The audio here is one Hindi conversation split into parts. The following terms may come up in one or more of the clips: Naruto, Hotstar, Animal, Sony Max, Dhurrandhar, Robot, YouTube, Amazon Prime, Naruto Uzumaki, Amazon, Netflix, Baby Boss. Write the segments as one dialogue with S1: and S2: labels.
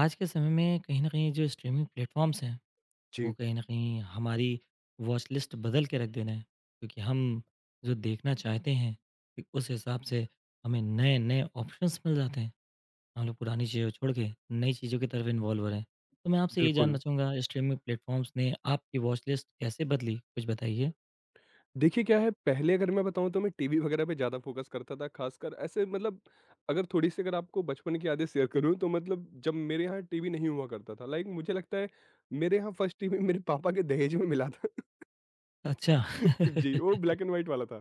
S1: आज के समय में कहीं न कहीं जो स्ट्रीमिंग प्लेटफ़ॉर्म्स हैं, वो
S2: जी,
S1: कहीं न कहीं हमारी वॉच लिस्ट बदल के रख दे रहे हैं। क्योंकि हम जो देखना चाहते हैं, फ़िर उस हिसाब से हमें नए-नए ऑप्शंस मिल जाते हैं। हम लोग पुरानी चीज़ें छोड़ के नई चीज़ों की तरफ इन्वॉल्व हो रहे हैं। तो मैं आपसे ये जानना
S2: बिल्कुल।
S1: चाहूँगा स्ट्रीमिंग प्लेटफ़ॉर्म्स ने आपकी वॉच लिस्ट कैसे बदली? कुछ बताइए?
S2: देखिए क्या है, पहले अगर मैं बताऊँ तो मैं टीवी वगैरह पे ज़्यादा फ़ोकस करता था, ख़ासकर ऐसे। मतलब अगर आपको बचपन की यादें शेयर करूँ तो मतलब जब मेरे यहाँ टीवी नहीं हुआ करता था, लाइक मुझे लगता है मेरे यहाँ फर्स्ट टीवी मेरे पापा के दहेज में मिला था।
S1: अच्छा।
S2: जी, वो ब्लैक एंड व्हाइट वाला था।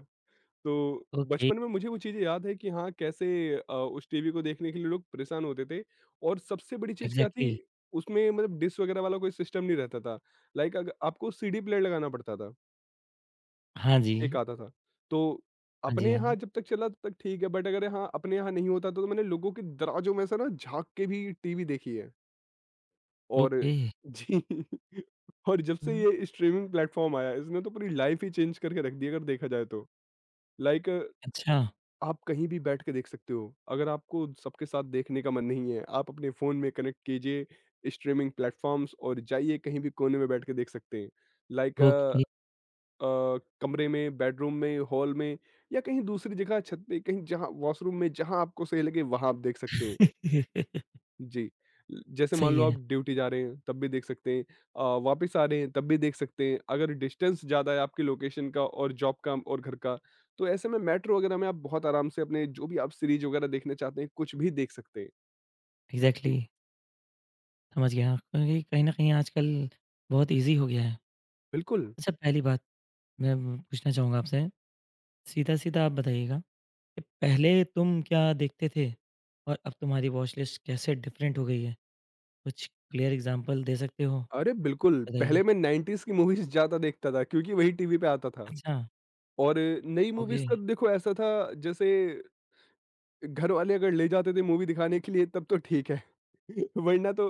S2: तो
S1: ओके,
S2: बचपन में मुझे वो चीज़ें याद है कि हाँ, कैसे उस टीवी को देखने के लिए लोग परेशान होते थे। और सबसे बड़ी चीज़ क्या थी,
S1: एग्ज़ैक्टली।
S2: उसमें मतलब डिश वगैरह वाला कोई सिस्टम नहीं रहता था। लाइक अग आपको सीडी प्लेयर लगाना पड़ता था।
S1: हाँ जी।
S2: एक आता था। तो
S1: हाँ जी,
S2: अपने
S1: हाँ
S2: यहाँ
S1: जी।
S2: जब तक चला तब तक ठीक है, बट अगर यहाँ अपने यहाँ नहीं होता तो मैंने लोगों की दराज़ों में से ना झाँक के भी टीवी देखी है। और
S1: ओके।
S2: जी। और जब से
S1: हुँ,
S2: ये स्ट्रीमिंग प्लेटफ़ॉर्म आया है, इसने तो पूरी लाइफ़ ही चेंज करके रख दी है, अगर देखा जाए तो। लाइक
S1: अच्छा,
S2: आप कहीं भी बैठ के देख सकते हो। अगर आपको सबके साथ देखने का मन नहीं है, आप अपने फ़ोन में कनेक्ट कीजिए स्ट्रीमिंग प्लेटफ़ॉर्म्स और जाइए कहीं भी कोने में बैठ के देख सकते हैं। Like
S1: okay.
S2: कमरे में, बेडरूम में, हॉल में, या कहीं दूसरी जगह, छत पे कहीं, जहाँ वॉशरूम में, जहाँ आपको सही लगे वहाँ आप देख सकते हैं। जी। ल जैसे मान
S1: सही
S2: लो आप
S1: है।
S2: ड्यूटी जा रहे हैं तब भी देख सकते हैं, वापस आ रहे हैं तब भी देख सकते हैं। अगर डिस्टेंस ज़्यादा है आपकी लोकेशन का और जॉब का और घर का, तो ऐसे में मेट्रो वगैरह में आप बहुत आराम से अपने जो भी आप सीरीज़ वगैरह देखना चाहते हैं, कुछ भी देख सकते हैं।
S1: एग्ज़ैक्टली,
S2: जी,
S1: समझ गया क्योंकि कहीं न कहीं आजकल बहुत ईज़ी हो गया है।
S2: बिल्कुल।
S1: अच्छा पहली बात मैं पूछना चाहूँगा आपसे, सीधा-सीधा आप बताइएगा कि पहले तुम क्या देखते थे और अब तुम्हारी वॉच लिस्ट कैसे डिफरेंट हो गई है? कुछ क्लियर एग्ज़ाम्पल दे सकते हो?
S2: अरे बिल्कुल,
S1: बताइए।
S2: पहले मैं 90s की मूवीज़ ज़्यादा देखता था क्योंकि वही टीवी पे आता था।
S1: अच्छा,
S2: और नई
S1: ओके।
S2: मूवीज़ का देखो ऐसा था, जैसे घर वाले अगर ले जाते थे मूवी दिखाने के लिए तब तो ठीक है। वरना तो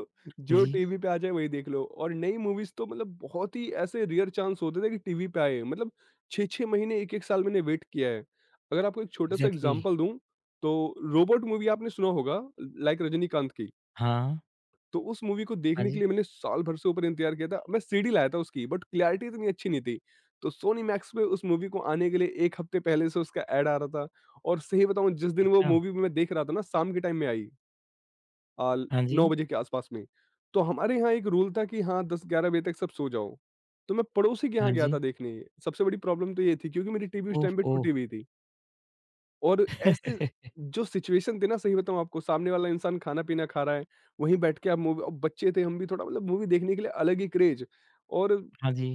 S2: जो
S1: जी,
S2: टीवी पे आ जाए वही देख लो, और नई मूवीज़ तो मतलब बहुत ही ऐसे रेयर चांस होते थे कि टीवी पे आए। मतलब छः छः महीने, एक एक साल मैंने वेट किया है, अगर आपको एक छोटा सा
S1: एग्ज़ैक्टली।
S2: एग्जाम्पल दूं तो। रोबोट मूवी आपने सुना होगा, लाइक रजनीकांत की।
S1: हाँ,
S2: तो उस मूवी को
S1: हाँ
S2: देखने के
S1: जी।
S2: लिए मैंने साल भर से ऊपर इंतज़ार किया था। मैं सीडी लाया था उसकी, बट क्लैरिटी इतनी अच्छी नहीं थी। तो सोनी मैक्स पे उस मूवी को आने के लिए 1 हफ्ते पहले से उसका ऐड आ रहा था। और सही बताऊँ, जिस दिन वो
S1: अच्छा,
S2: मूवी मैं देख रहा था ना, शाम के टाइम में आई, अ,
S1: हाँ जी,
S2: 9 बजे के आस-पास में। तो हमारे यहाँ एक रूल था कि हाँ, 10-11 बजे तक सब सो जाओ। तो मैं पड़ोसी के यहाँ
S1: हाँ
S2: गया
S1: जी।
S2: था देखने। सबसे बड़ी प्रॉब्लम तो ये थी, क्योंकि मेरी टीवी उस टाइम पे
S1: ओफ़ो!
S2: टूटी हुई थी। और ऐसे जो सिचुएशन थी ना, सही बताऊँ आपको, सामने वाला इंसान खाना-पीना खा रहा है, वहीं बैठ के आप मूवी। अब बच्चे थे हम भी, थोड़ा मतलब मूवी देखने के लिए अलग ही क्रेज़, और
S1: हाँ जी,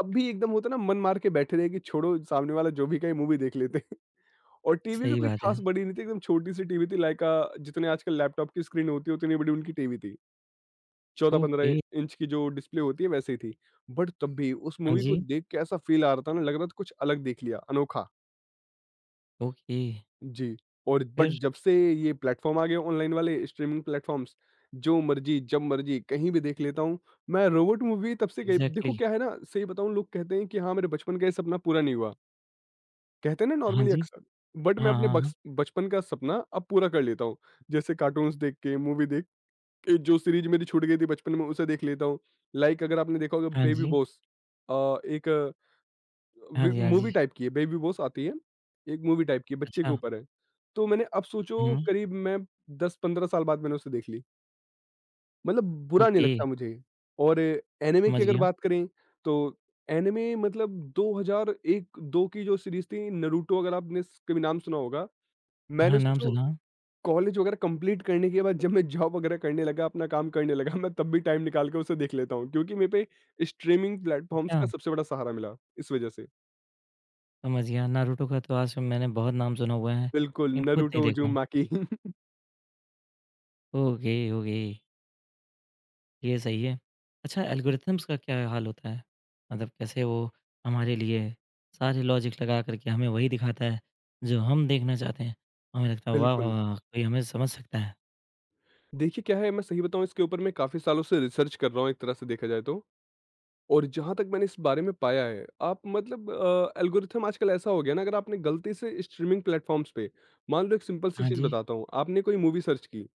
S2: तब भी एकदम होता है ना, मन मार के बैठे रहे कि छोड़ो, सामने वाला जो भी कहे मूवी देख लेते हैं। और टीवी भी
S1: सही
S2: कोई
S1: बात है।
S2: ख़ास बड़ी नहीं थी, एकदम छोटी-सी टीवी थी, लाइक जितने आजकल लैपटॉप की स्क्रीन होती है उतनी बड़ी उनकी टीवी थी।
S1: ओके,
S2: 14-15 इंच की जो डिस्प्ले होती है वैसे ही थी। बट तब भी उस
S1: हाँ
S2: मूवी को
S1: जी,
S2: देख के ऐसा फ़ील आ रहा था ना, लग रहा था कुछ अलग देख लिया, अनोखा।
S1: ओके,
S2: जी। और बट
S1: फिर?
S2: जब से ये प्लेटफ़ॉर्म आ गए, ऑनलाइन वाले स्ट्रीमिंग प्लेटफ़ॉर्म्स, जो मर्ज़ी, जब मर्ज़ी, कहीं भी देख लेता हूँ। मैं रोबोट मूवी तब से गई, देखो
S1: एग्ज़ैक्टली।
S2: क्या है ना, सही बताऊँ लोग कहते हैं कि हाँ, मेरे बचपन का ये सपना पूरा नहीं हुआ। कहते हैं ना
S1: हाँ
S2: नॉर्मली,
S1: जी।
S2: अक्सर। बट मैं
S1: हाँ,
S2: अपने
S1: हाँ, हाँ।
S2: बक्स बचपन का सपना अब पूरा कर लेता हूँ। जैसे कार्टून्स देख के, मूवी देख के, जो सीरीज़ मेरी छूट गई थी बचपन में उसे देख लेता हूँ। लाइक अगर आपने देखा होगा
S1: हाँ
S2: बेबी
S1: जी।
S2: बॉस, एक
S1: हाँ
S2: वी
S1: जी, हाँ
S2: मूवी
S1: जी।
S2: टाइप की है, बेबी बॉस आती है, एक मूवी टाइप की है, बच्चे के
S1: अच्छा।
S2: ऊपर है। तो मैंने अब सोचो
S1: हुँ,
S2: करीब मैं 10-15 साल बाद मैंने उसे देख ली। मतलब बुरा नहीं
S1: ओके,
S2: लगता मुझे। और एनिमे की
S1: समझ
S2: अगर
S1: गया।
S2: बात करें तो एनिमे मतलब 2001-2 की जो सीरीज़ थी नारुतो, अगर आपने स कभी नाम सुना होगा।
S1: हाँ,
S2: मैंने
S1: नाम
S2: सोचो,
S1: सुना।
S2: कॉलेज वगैरह कंप्लीट करने के बाद जब मैं जॉब वगैरह करने लगा, अपना काम करने लगा, मैं तब भी टाइम निकाल के उसे देख लेता हूँ, क्योंकि मेरे पे स्ट्रीमिंग प्लेटफ़ॉर्म्स
S1: अच्छा,
S2: का सबसे बड़ा सहारा मिला इस वजह से।
S1: समझ गया। नारुतो का तो आज मैंने बहुत नाम सुना हुआ है,
S2: बिल्कुल,
S1: लेकिन खुद नहीं
S2: नारुतो
S1: देखा।
S2: उज़ूमाकी।
S1: ओके, ओके, ये सही है। अच्छा एल्गोरिथम्स का क्या हाल होता है? मतलब कैसे वो हमारे लिए सारे लॉजिक लगा कर के हमें वही दिखाता है, जो हम देखना चाहते हैं। हमें लगता है वाह, वाह,
S2: बिल्कुल।
S1: वाह! कोई हमें समझ सकता है।
S2: देखिए क्या है, मैं सही बताऊँ, इसके ऊपर मैं काफ़ी सालों से रिसर्च कर रहा हूँ, एक तरह से देखा जाए तो। और जहाँ तक मैंने इस बारे में पाया है, आप मतलब एल्गोरिथम आजकल ऐसा हो गया ना, अगर आपने गलती से स्ट्रीमिंग प्लेटफ़ॉर्म्स पे, मान लो एक सिंपल सी
S1: हाँ
S2: चीज़
S1: जी।
S2: बताता हूँ, आपने कोई मूवी सर्च की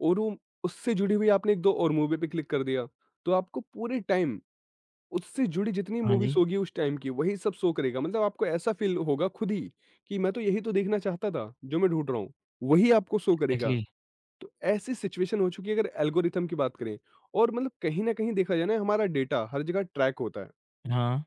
S2: और वो उससे जुड़ी हुई आपने 1-2 और मूवी पे क्लिक कर दिया, तो आपको पूरे टाइम उससे जुड़ी जितनी
S1: हाँ
S2: मूवीज़
S1: जी,
S2: होगी उस टाइम की, वही सब शो करेगा। मतलब आपको ऐसा फ़ील होगा खुद ही कि मैं तो यही तो देखना चाहता था, जो मैं ढूँढ रहा हूँ, वही आपको शो करेगा।
S1: एक्जेक्टली।
S2: तो ऐसी सिचुएशन हो चुकी है, अगर एल्गोरिथम की बात करें। और मतलब कहीं न कहीं देखा जाए ना, हमारा डेटा हर जगह ट्रैक होता है।
S1: हाँ,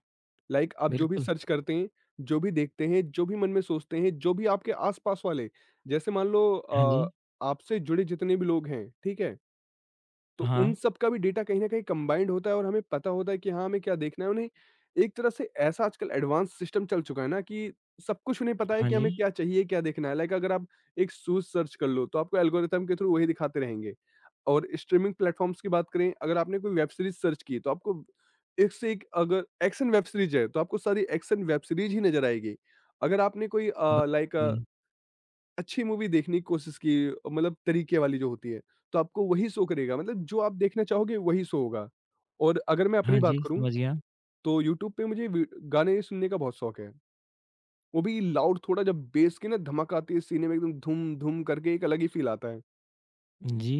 S2: लाइक आप जो भी
S1: बिल्कुल।
S2: सर्च करते हैं, जो भी देखते हैं, जो भी मन में सोचते हैं, जो भी आपके आस-पास वाले, जैसे मान लो
S1: हाँ जी।
S2: आपसे जुड़े जितने भी लोग हैं, ठीक है? तो
S1: हाँ,
S2: उन सब का भी डेटा कहीं न कहीं कंबाइंड होता है और हमें पता होता है कि हाँ, हमें क्या देखना है उन्हें। एक तरह से ऐसा आजकल एडवांस सिस्टम चल चुका है ना कि सब कुछ उन्हें पता है
S1: हाँ
S2: कि
S1: जी।
S2: हमें क्या चाहिए, क्या देखना है। लाइक अगर आप एक शूज़ सर्च कर लो, तो आपको एल्गोरिथम के थ्रू वही दिखाते रहेंगे। और स्ट्रीमिंग प्लेटफ़ॉर्म्स की बात करें, अगर आपने कोई वेब सीरीज़ सर्च की, तो आपको एक से एक, अगर एक्शन वेब सीरीज़ है, तो आपको सारी एक्शन वेब सीरीज़ ही नज़र आएगी। अगर आपने कोई
S1: ब
S2: लाइक
S1: जी।
S2: अच्छी मूवी देखने की कोशिश की, मतलब तरीके वाली जो होती है, तो आपको वही शो करेगा, मतलब जो आप देखना चाहोगे वही शो होगा। और अगर मैं
S1: हाँ
S2: अपनी बात
S1: जी,
S2: करूँ
S1: समझ गया।
S2: तो यूट्यूब पे मुझे वी गाने सुनने का बहुत शौक है। वो भी लाउड थोड़ा, जब बेस की ना धमक आती है सीने में एकदम धूम-धूम करके, एक अलग ही फ़ील आता है।
S1: जी,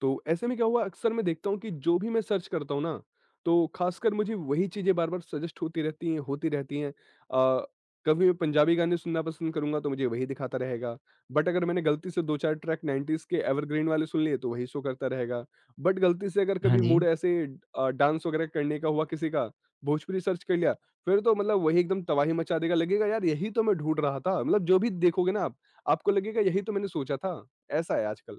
S2: तो ऐसे में क्या हुआ, अक्सर मैं देखता हूँ कि जो भी मैं सर्च करता हूँ ना, तो खासकर मुझे वही चीज़ें बार-बार सजेस्ट होती रहती हैं। कभी मैं पंजाबी गाने सुनना पसंद करूँगा तो मुझे वही दिखाता रहेगा। बट अगर मैंने गलती से 2-4 ट्रैक 90s के एवरग्रीन वाले सुन लिए तो वही शो करता रहेगा। बट गलती से अगर
S1: हाँ
S2: कभी
S1: जी।
S2: मूड ऐसे डांस वगैरह करने का हुआ किसी का, भोजपुरी सर्च कर लिया, फिर तो मतलब वही एकदम तबाही मचा देगा, लगेगा यार यही तो मैं ढूँढ रहा था। मतलब जो भी देखोगे ना आप, आपको लगेगा यही तो मैंने सोचा था। ऐसा है आजकल।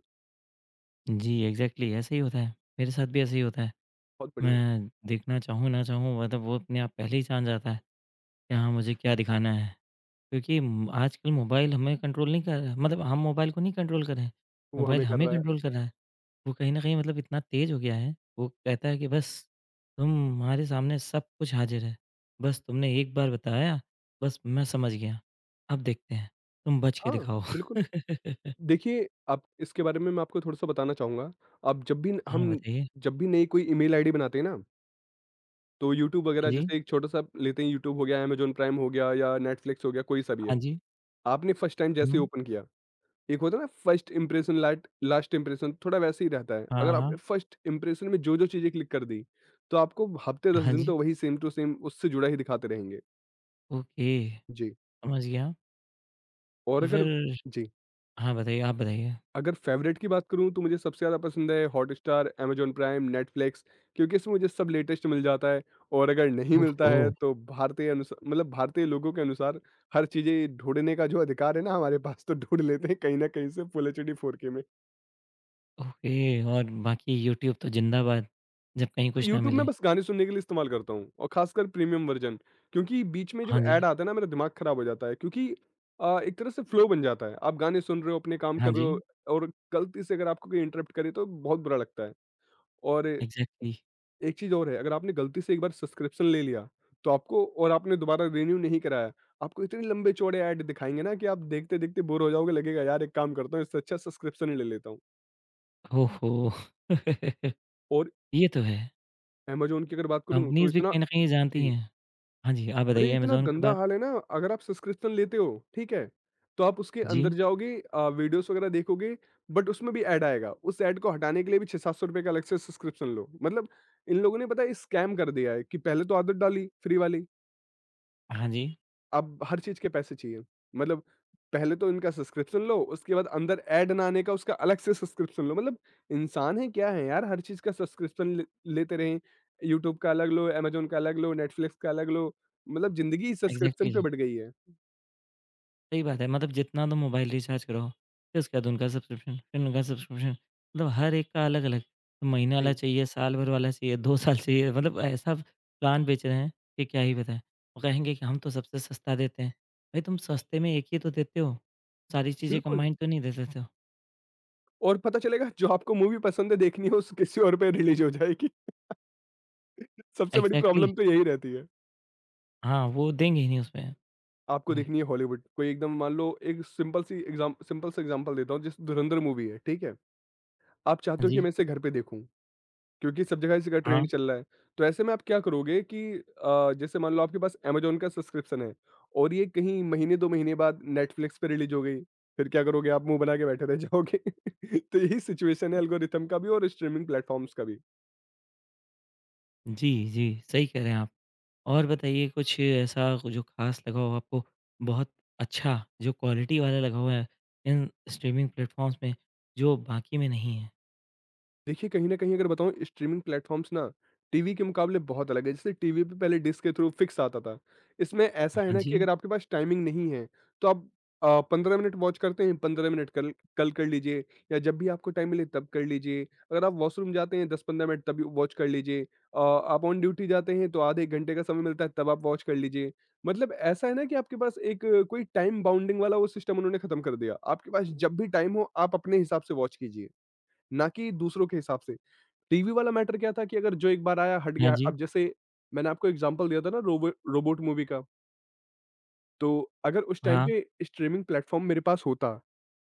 S1: जी, एग्ज़ैक्टली ऐसा ही होता है। मेरे साथ भी ऐसा ही होता है।
S2: बहुत बढ़िया।
S1: मैं देखना चाहूँ, ना चाहूँ मतलब वो अपने आप पहले ही जान जाता है कि हाँ, मुझे क्या दिखाना है। क्योंकि म आजकल मोबाइल हमें कंट्रोल नहीं कर रहा है मतलब हम मोबाइल को नहीं कंट्रोल कर रहे हैं,
S2: वो
S1: मोबाइल
S2: हमें कर
S1: हमें
S2: रहा है।
S1: कंट्रोल कर रहा है। वो कहीं न कहीं मतलब इतना तेज़ हो गया है, वो कहता है कि बस तुम्हारे सामने सब कुछ हाज़िर है। बस तुमने एक बार बताया, बस मैं समझ गया। अब देखते हैं, तुम बच के
S2: हाँ,
S1: दिखाओ।
S2: बिल्कुल। देखिए, आप इसके बारे में मैं आपको थोड़ा-सा बताना चाहूँगा। अब जब भी
S1: हाँ,
S2: हम
S1: बताइए।
S2: जब भी नई कोई ईमेल आईडी बनाते हैं ना, तो यूट्यूब
S1: हाँ
S2: वगैरह,
S1: जी,
S2: जैसे एक छोटा-सा लेते हैं, यूट्यूब हो गया, अमेज़न प्राइम हो गया या नेटफ्लिक्स हो गया, कोई सा भी
S1: हाँ
S2: है।
S1: जी।
S2: आपने फर्स्ट टाइम जैसे ही
S1: हुँ,
S2: ओपन किया, एक होता है ना फर्स्ट इंप्रेशन लाट लास्ट इंप्रेशन, थोड़ा वैसे ही रहता है।
S1: हाँ,
S2: अगर आपने
S1: हाँ।
S2: फर्स्ट इंप्रेशन में जो-जो चीज़ें क्लिक कर दी, तो आपको हफ़्ते 10
S1: हाँ
S2: दिन
S1: जी,
S2: तो वही सेम टू सेम उससे जुड़ा ही दिखाते रहेंगे।
S1: ओके,
S2: जी,
S1: समझ गया।
S2: और
S1: तो
S2: अगर,
S1: फिर
S2: जी।
S1: हाँ, बताइए, आप बताइए।
S2: अगर फेवरेट की बात करूँ तो मुझे सबसे ज़्यादा पसंद है हॉटस्टार, अमेज़न प्राइम, नेटफ्लिक्स, क्योंकि इसमें मुझे सब लेटेस्ट मिल जाता है। और अगर नहीं मिलता है
S1: ओहो!
S2: तो भारतीय अनुसार, मतलब भारतीय लोगों के अनुसार, हर चीज़ें ढूँढने का जो अधिकार है ना हमारे पास, तो ढूँढ लेते हैं कहीं न कहीं से फुल एचडी 4K में।
S1: ओके और बाकी यूट्यूब तो ज़िंदाबाद, जब कहीं कुछ ना
S2: यूट्यूब में
S1: मिले।
S2: बस गाने सुनने के लिए इस्तेमाल करता हूँ, और ख़ासकर प्रीमियम वर्ज़न, क्योंकि बीच में
S1: हाँ
S2: जब
S1: जी,
S2: ऐड आता है ना मेरा दिमाग ख़राब हो जाता है, क्योंकि एक तरह से फ्लो बन जाता है। आप गाने सुन रहे हो, अपने काम
S1: हाँ
S2: कर रहे
S1: जी,
S2: हो, और गलती से अगर आपको कोई इंटरप्ट करे तो बहुत बुरा लगता है। और
S1: एग्ज़ैक्टली।
S2: एक चीज़ और है, अगर आपने गलती से एक बार सब्सक्रिप्शन ले लिया, तो आपको, और आपने दोबारा रिन्यू नहीं कराया, आपको इतने लंबे-चौड़े ऐड दिखाएँगे ना कि आप देखते-देखते बोर हो जाओगे। लगेगा यार, एक काम करता हूँ, इससे अच्छा सब्सक्रिप्शन ही ले लेता हूँ।
S1: ओहो!
S2: और
S1: ये तो है,
S2: अमेज़न की अगर बात करूँ तो
S1: कंपनीज़ भी
S2: इतना।
S1: कहीं न कहीं जानती
S2: जी।
S1: हैं। हाँ जी, आप
S2: अरे
S1: बताइए
S2: इतना
S1: अमेज़न के
S2: गंदा
S1: बाद?
S2: हाल है ना, अगर आप सब्सक्रिप्शन लेते हो, ठीक है? तो आप उसके अंदर
S1: जी,
S2: जाओगे, वीडियोज़ वगैरह देखोगे, बट उसमें भी ऐड आएगा। उस ऐड को हटाने के लिए भी ₹600-700 का अलग से सब्सक्रिप्शन लो। मतलब इन लोगों ने पता है, स्कैम कर दिया है कि पहले तो आदत डाली फ्री वाली,
S1: हाँ जी,
S2: अब हर चीज़ के पैसे चाहिए। मतलब पहले तो इनका सब्सक्रिप्शन लो, उसके बाद अंदर ऐड ना आने का उसका अलग से सब्सक्रिप्शन लो। मतलब इंसान है क्या है यार, हर चीज़ का सब्सक्रिप्शन ले लेते रहें। यूट्यूब का अलग लो, अमेज़न का अलग लो, नेटफ्लिक्स का अलग लो। मतलब ज़िंदगी सब्सक्रिप्शन
S1: एग्ज़ैक्टली।
S2: पे बँट गई है।
S1: सही बात है, मतलब जितना तुम मोबाइल रिचार्ज कराओ, फिर उसके बाद उनका सब्सक्रिप्शन, फिर उनका सब्सक्रिप्शन, मतलब हर एक का अलग-अलग, महीने वाला
S2: जी।
S1: चाहिए, साल भर वाला चाहिए, 2 साल चाहिए, मतलब ऐसा प्लान बेच रहे हैं कि क्या ही बताएँ। वो कहेंगे कि हम तो सबसे सस्ता देते हैं, भाई तुम सस्ते में एक ही तो देते हो, सारी चीज़ें
S2: बिल्कुल,
S1: कंबाइंड तो नहीं दे देते हो।
S2: और पता चलेगा जो आपको मूवी पसंद है, देखनी है, उस किसी और पे रिलीज़ हो जाएगी। सबसे बड़ी
S1: एग्ज़ैक्टली
S2: प्रॉब्लम तो यही रहती है।
S1: हाँ, वो देंगे ही नहीं उसमें।
S2: आपको
S1: हुँ,
S2: देखनी है हॉलीवुड, कोई एकदम मान लो, एक सिंपल सा एग्ज़ाम्पल देता हूँ, जैसे धुरंधर मूवी है, ठीक है? आप
S1: हाँ
S2: चाहते हो कि
S1: जी,
S2: मैं इसे घर पे देखूँ, क्योंकि सब जगह इसका
S1: हाँ,
S2: ट्रेंड चल रहा है। तो ऐसे में आप क्या करोगे कि जैसे मान लो आपके पास अमेज़न का सब्सक्रिप्शन है, और ये कहीं महीने 2 महीने बाद नेटफ्लिक्स पे रिलीज़ हो गई, फिर क्या करोगे, आप मुँह बना के बैठे रह जाओगे। तो यही सिचुएशन है एल्गोरिथम का भी और स्ट्रीमिंग प्लेटफ़ॉर्म्स का भी।
S1: जी, जी, सही कह रहे हैं आप। और बताइए कुछ ऐसा जो खास लगा हो आपको बहुत अच्छा जो क्वालिटी वाला लगा हुआ है इन स्ट्रीमिंग प्लेटफॉर्म्स में जो बाकी में नहीं है?
S2: देखिए, कहीं न कहीं अगर बताऊँ, स्ट्रीमिंग प्लेटफ़ॉर्म्स ना टीवी के मुकाबले बहुत अलग है। जैसे टीवी पे पहले डिश के थ्रू फ़िक्स आता था। इसमें ऐसा है
S1: हाँ
S2: ना कि
S1: जी,
S2: अगर आपके पास टाइमिंग नहीं है, तो आप 15 मिनट वॉच करते हैं, 15 मिनट कल कल कर लीजिए, या जब भी आपको टाइम मिले तब कर लीजिए। अगर आप वॉशरूम जाते हैं 10-15 मिनट, तब वॉच कर लीजिए। आप ऑन ड्यूटी जाते हैं तो आधे 1 घंटे का समय मिलता है, तब आप वॉच कर लीजिए। मतलब ऐसा है ना कि आपके पास एक कोई टाइम बाउंडिंग वाला वो सिस्टम उन्होंने खत्म कर दिया। आपके पास जब भी टाइम हो, आप अपने हिसाब से वॉच कीजिए। ना कि दूसरों के हिसाब से। टीवी वाला मैटर क्या था कि अगर जो एक बार आया हट
S1: हाँ
S2: गया।
S1: जी,
S2: अब जैसे मैंने आपको एग्ज़ाम्पल दिया था ना, रोबोट मूवी का, तो अगर उस टाइम
S1: हाँ,
S2: पे स्ट्रीमिंग प्लेटफ़ॉर्म मेरे पास होता,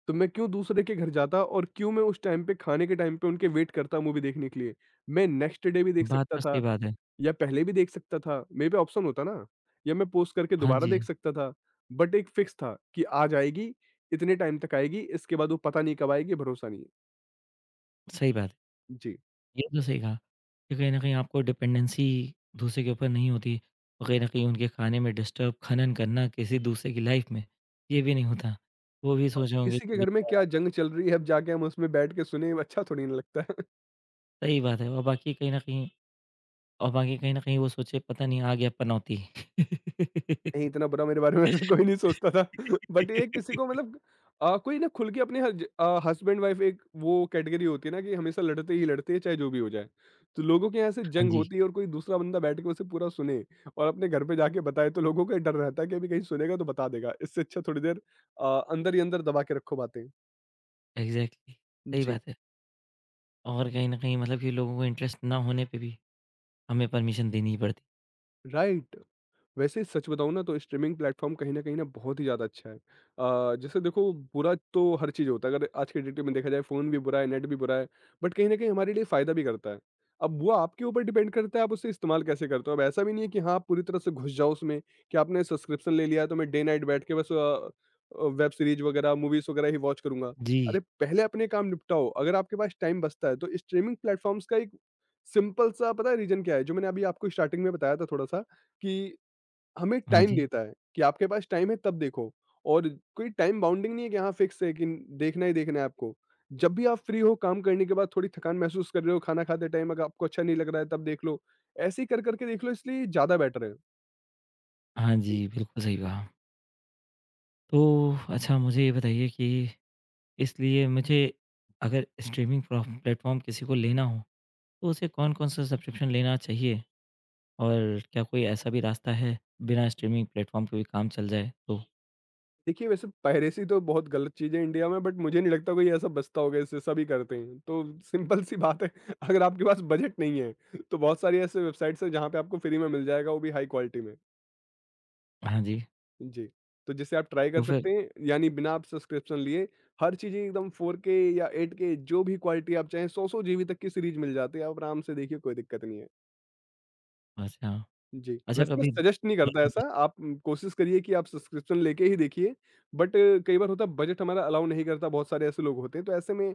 S2: तो मैं क्यों दूसरे के घर जाता, और क्यों मैं उस टाइम पे, खाने के टाइम पे, उनके वेट करता मूवी देखने के लिए। मैं नेक्स्ट डे भी देख
S1: बात
S2: सकता
S1: तो सही
S2: था,
S1: बात है।
S2: या पहले भी देख सकता था, मेरे पे ऑप्शन होता ना, या मैं पॉज़ करके
S1: हाँ
S2: दोबारा
S1: जी,
S2: देख सकता था। बट एक फिक्स था कि आज आएगी, इतने टाइम तक आएगी, इसके बाद वो पता नहीं कब आएगी, भरोसा नहीं है।
S1: सही बात है।
S2: जी।
S1: ये तो सही कहा कि कहीं न कहीं आपको डिपेंडेंसी दूसरे के ऊपर नहीं होती और कहीं न कहीं उनके खाने में डिस्टर्ब खनन करना किसी दूसरे की लाइफ में, ये भी नहीं होता। वो भी सोच रहे होंगे
S2: किसी के
S1: कि
S2: घर में
S1: बेचारा
S2: क्या जंग चल रही है, अब जाके हम उसमें बैठ के सुने, अच्छा थोड़ी ना लगता है।
S1: सही बात है और बाकी कहीं न कहीं और बाकी कहीं न कहीं वो सोचे पता नहीं आ गया पनौती।
S2: नहीं, इतना बुरा मेरे बारे में ऐसे कोई नहीं सोचता था। बट ये किसी को मतलब, कोई ना खुल के अपने, हस्बैंड वाइफ एक वो कैटेगरी होती है ना कि हमेशा लड़ते ही लड़ते हैं, चाहे जो भी हो जाए। तो लोगों के यहाँ ऐसे
S1: हाँ
S2: जंग
S1: जी,
S2: होती है, और कोई दूसरा बंदा बैठ के उसे पूरा सुने और अपने घर पे जाके बताए, तो लोगों को ये डर रहता है कि अभी कहीं सुनेगा तो बता देगा। इससे अच्छा थोड़ी देर अंदर ही अंदर दबा के रखो बातें।
S1: एग्ज़ैक्टली सही
S2: जी,
S1: बात है। और कहीं न कहीं मतलब कि लोगों को इंटरेस्ट ना होने पे भी हमें परमिशन देनी ही पड़ती।
S2: राइट। वैसे सच बताऊँ ना तो स्ट्रीमिंग प्लेटफ़ॉर्म कहीं न कहीं ना बहुत ही ज़्यादा अच्छा है। जैसे देखो, बुरा तो हर चीज़ होता है, अगर आज की डेट में देखा जाए, फ़ोन भी बुरा है, नेट भी बुरा है, बट कहीं न कहीं हमारे लिए फ़ायदा भी करता है। अब वो आपके ऊपर डिपेंड करता है, आप उसे इस्तेमाल कैसे करते हो। अब ऐसा भी नहीं है कि हाँ, आप पूरी तरह से घुस जाओ उसमें, कि आपने सब्सक्रिप्शन ले लिया है तो मैं डे नाइट बैठ के बस वेब सीरीज़ वगैरह, मूवीज़ वगैरह ही वॉच करूँगा।
S1: जी।
S2: अरे पहले अपने काम निपटाओ, अगर आपके पास टाइम बचता है तो स्ट्रीमिंग प्लेटफ़ॉर्म्स का एक सिंपल सा, पता है रीज़न क्या है? जो मैंने अभी आपको स्टार्टिंग में बताया था थोड़ा-सा, कि हमें
S1: हाँ
S2: टाइम
S1: जी।
S2: देता है कि आपके पास टाइम है तब देखो। और कोई टाइम बाउंडिंग नहीं है कि हाँ, फिक्स है कि देखना ही देखना है आपको। जब भी आप फ्री हो, काम करने के बाद थोड़ी थकान महसूस कर रहे हो, खाना खाते टाइम अगर आपको अच्छा नहीं लग रहा है, तब देख लो। ऐसे ही कर करके देख लो, इसलिए ज़्यादा बेटर है।
S1: हाँ जी,
S2: जी।
S1: बिल्कुल सही कहा। तो अच्छा मुझे ये बताइए कि इसलिए मुझे अगर स्ट्रीमिंग प्रो प्लेटफ़ॉर्म किसी को लेना हो, तो उसे कौन-कौन सा सब्सक्रिप्शन लेना चाहिए? और क्या कोई ऐसा भी रास्ता है, बिना स्ट्रीमिंग प्लेटफ़ॉर्म के भी काम चल जाए तो?
S2: देखिए, वैसे पायरेसी तो बहुत गलत चीज़ है इंडिया में, बट मुझे नहीं लगता कोई ऐसा बचता होगा इससे, सभी करते हैं। तो सिंपल सी बात है, अगर आपके पास बजट नहीं है तो बहुत सारी ऐसे वेबसाइट्स हैं जहाँ पे आपको फ्री में मिल जाएगा, वो भी हाई क्वालिटी में।
S1: हाँ जी,
S2: जी। तो जैसे आप ट्राई
S1: तो
S2: कर
S1: फिर
S2: सकते हैं, यानी बिना आप सब्सक्रिप्शन लिए हर चीज़ें एकदम 4K या 8K जो भी क्वालिटी आप चाहें, 100-100 जीबी तक की सीरीज़ मिल जाती है, आप आराम से देखिए, कोई दिक्कत नहीं है।
S1: अच्छा।
S2: जी,
S1: अच्छा
S2: वैसे मैं
S1: कभी
S2: सजेस्ट नहीं करता ऐसा, आप कोशिश करिए कि आप सब्सक्रिप्शन लेके ही देखिए, बट कई बार होता है बजट हमारा अलाउ नहीं करता, बहुत सारे ऐसे लोग होते हैं, तो ऐसे में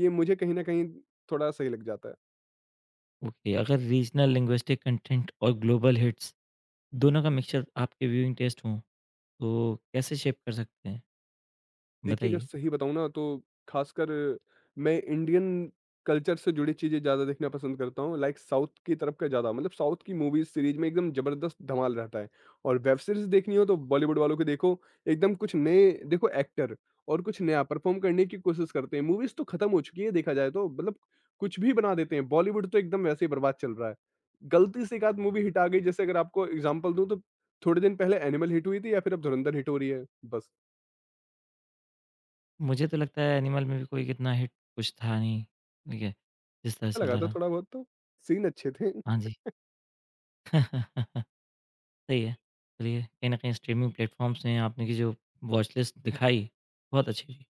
S2: ये मुझे कहीं न कहीं थोड़ा सही लग जाता है।
S1: ओके, अगर रीजनल लिंग्विस्टिक कंटेंट और ग्लोबल हिट्स दोनों का मिक्सचर आपके व्यूइंग टेस्ट हो, तो कैसे शेप कर सकते हैं?
S2: देखिए, अगर
S1: बताइए।
S2: सही बताऊँ ना तो ख़ासकर मैं इंडियन कल्चर से जुड़ी चीज़ें ज़्यादा देखना पसंद करता हूँ, लाइक साउथ की तरफ का ज़्यादा, मतलब साउथ की मूवीज़ सीरीज़ में एकदम ज़बरदस्त धमाल रहता है। और वेब सीरीज़ देखनी हो तो बॉलीवुड वालों को देखो, एकदम कुछ नए देखो एक्टर, और कुछ नया परफ़ॉर्म करने की कोशिश करते हैं। मूवीज़ तो ख़त्म हो चुकी है, देखा जाए तो, मतलब कुछ भी बना देते हैं। बॉलीवुड तो एकदम वैसे ही बर्बाद चल रहा है। गलती से एक आध मूवी हिट आ गई, जैसे अगर आपको एग्ज़ाम्पल दूँ तो थोड़े दिन पहले एनिमल हिट हुई थी, या फिर अब धुरंधर हिट हो रही है, बस।
S1: मुझे तो लगता है एनिमल में भी कोई कितना हिट कुछ था नहीं, ठीक है? जिस तरह
S2: अच्छा लगा
S1: चलता
S2: था
S1: रहा।
S2: थोड़ा बहुत तो, सीन अच्छे थे,
S1: हाँ जी। सही है। चलिए, कहीं न कहीं स्ट्रीमिंग प्लेटफ़ॉर्म्स ने आपने की जो वॉच लिस्ट दिखाई, बहुत अच्छी थी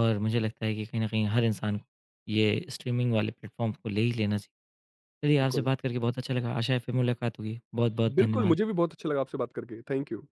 S1: और मुझे लगता है कि कहीं न कहीं हर इंसान को ये स्ट्रीमिंग वाले प्लेटफ़ॉर्म को ले ही लेना चाहिए। चलिए, आपसे
S2: बिल्कुल।
S1: बात करके बहुत अच्छा लगा। आशा है फिर मुलाकात होगी। बहुत-बहुत
S2: बिल्कुल,
S1: धन्यवाद।
S2: मुझे भी बहुत अच्छा लगा आपसे बात करके, थैंक यू।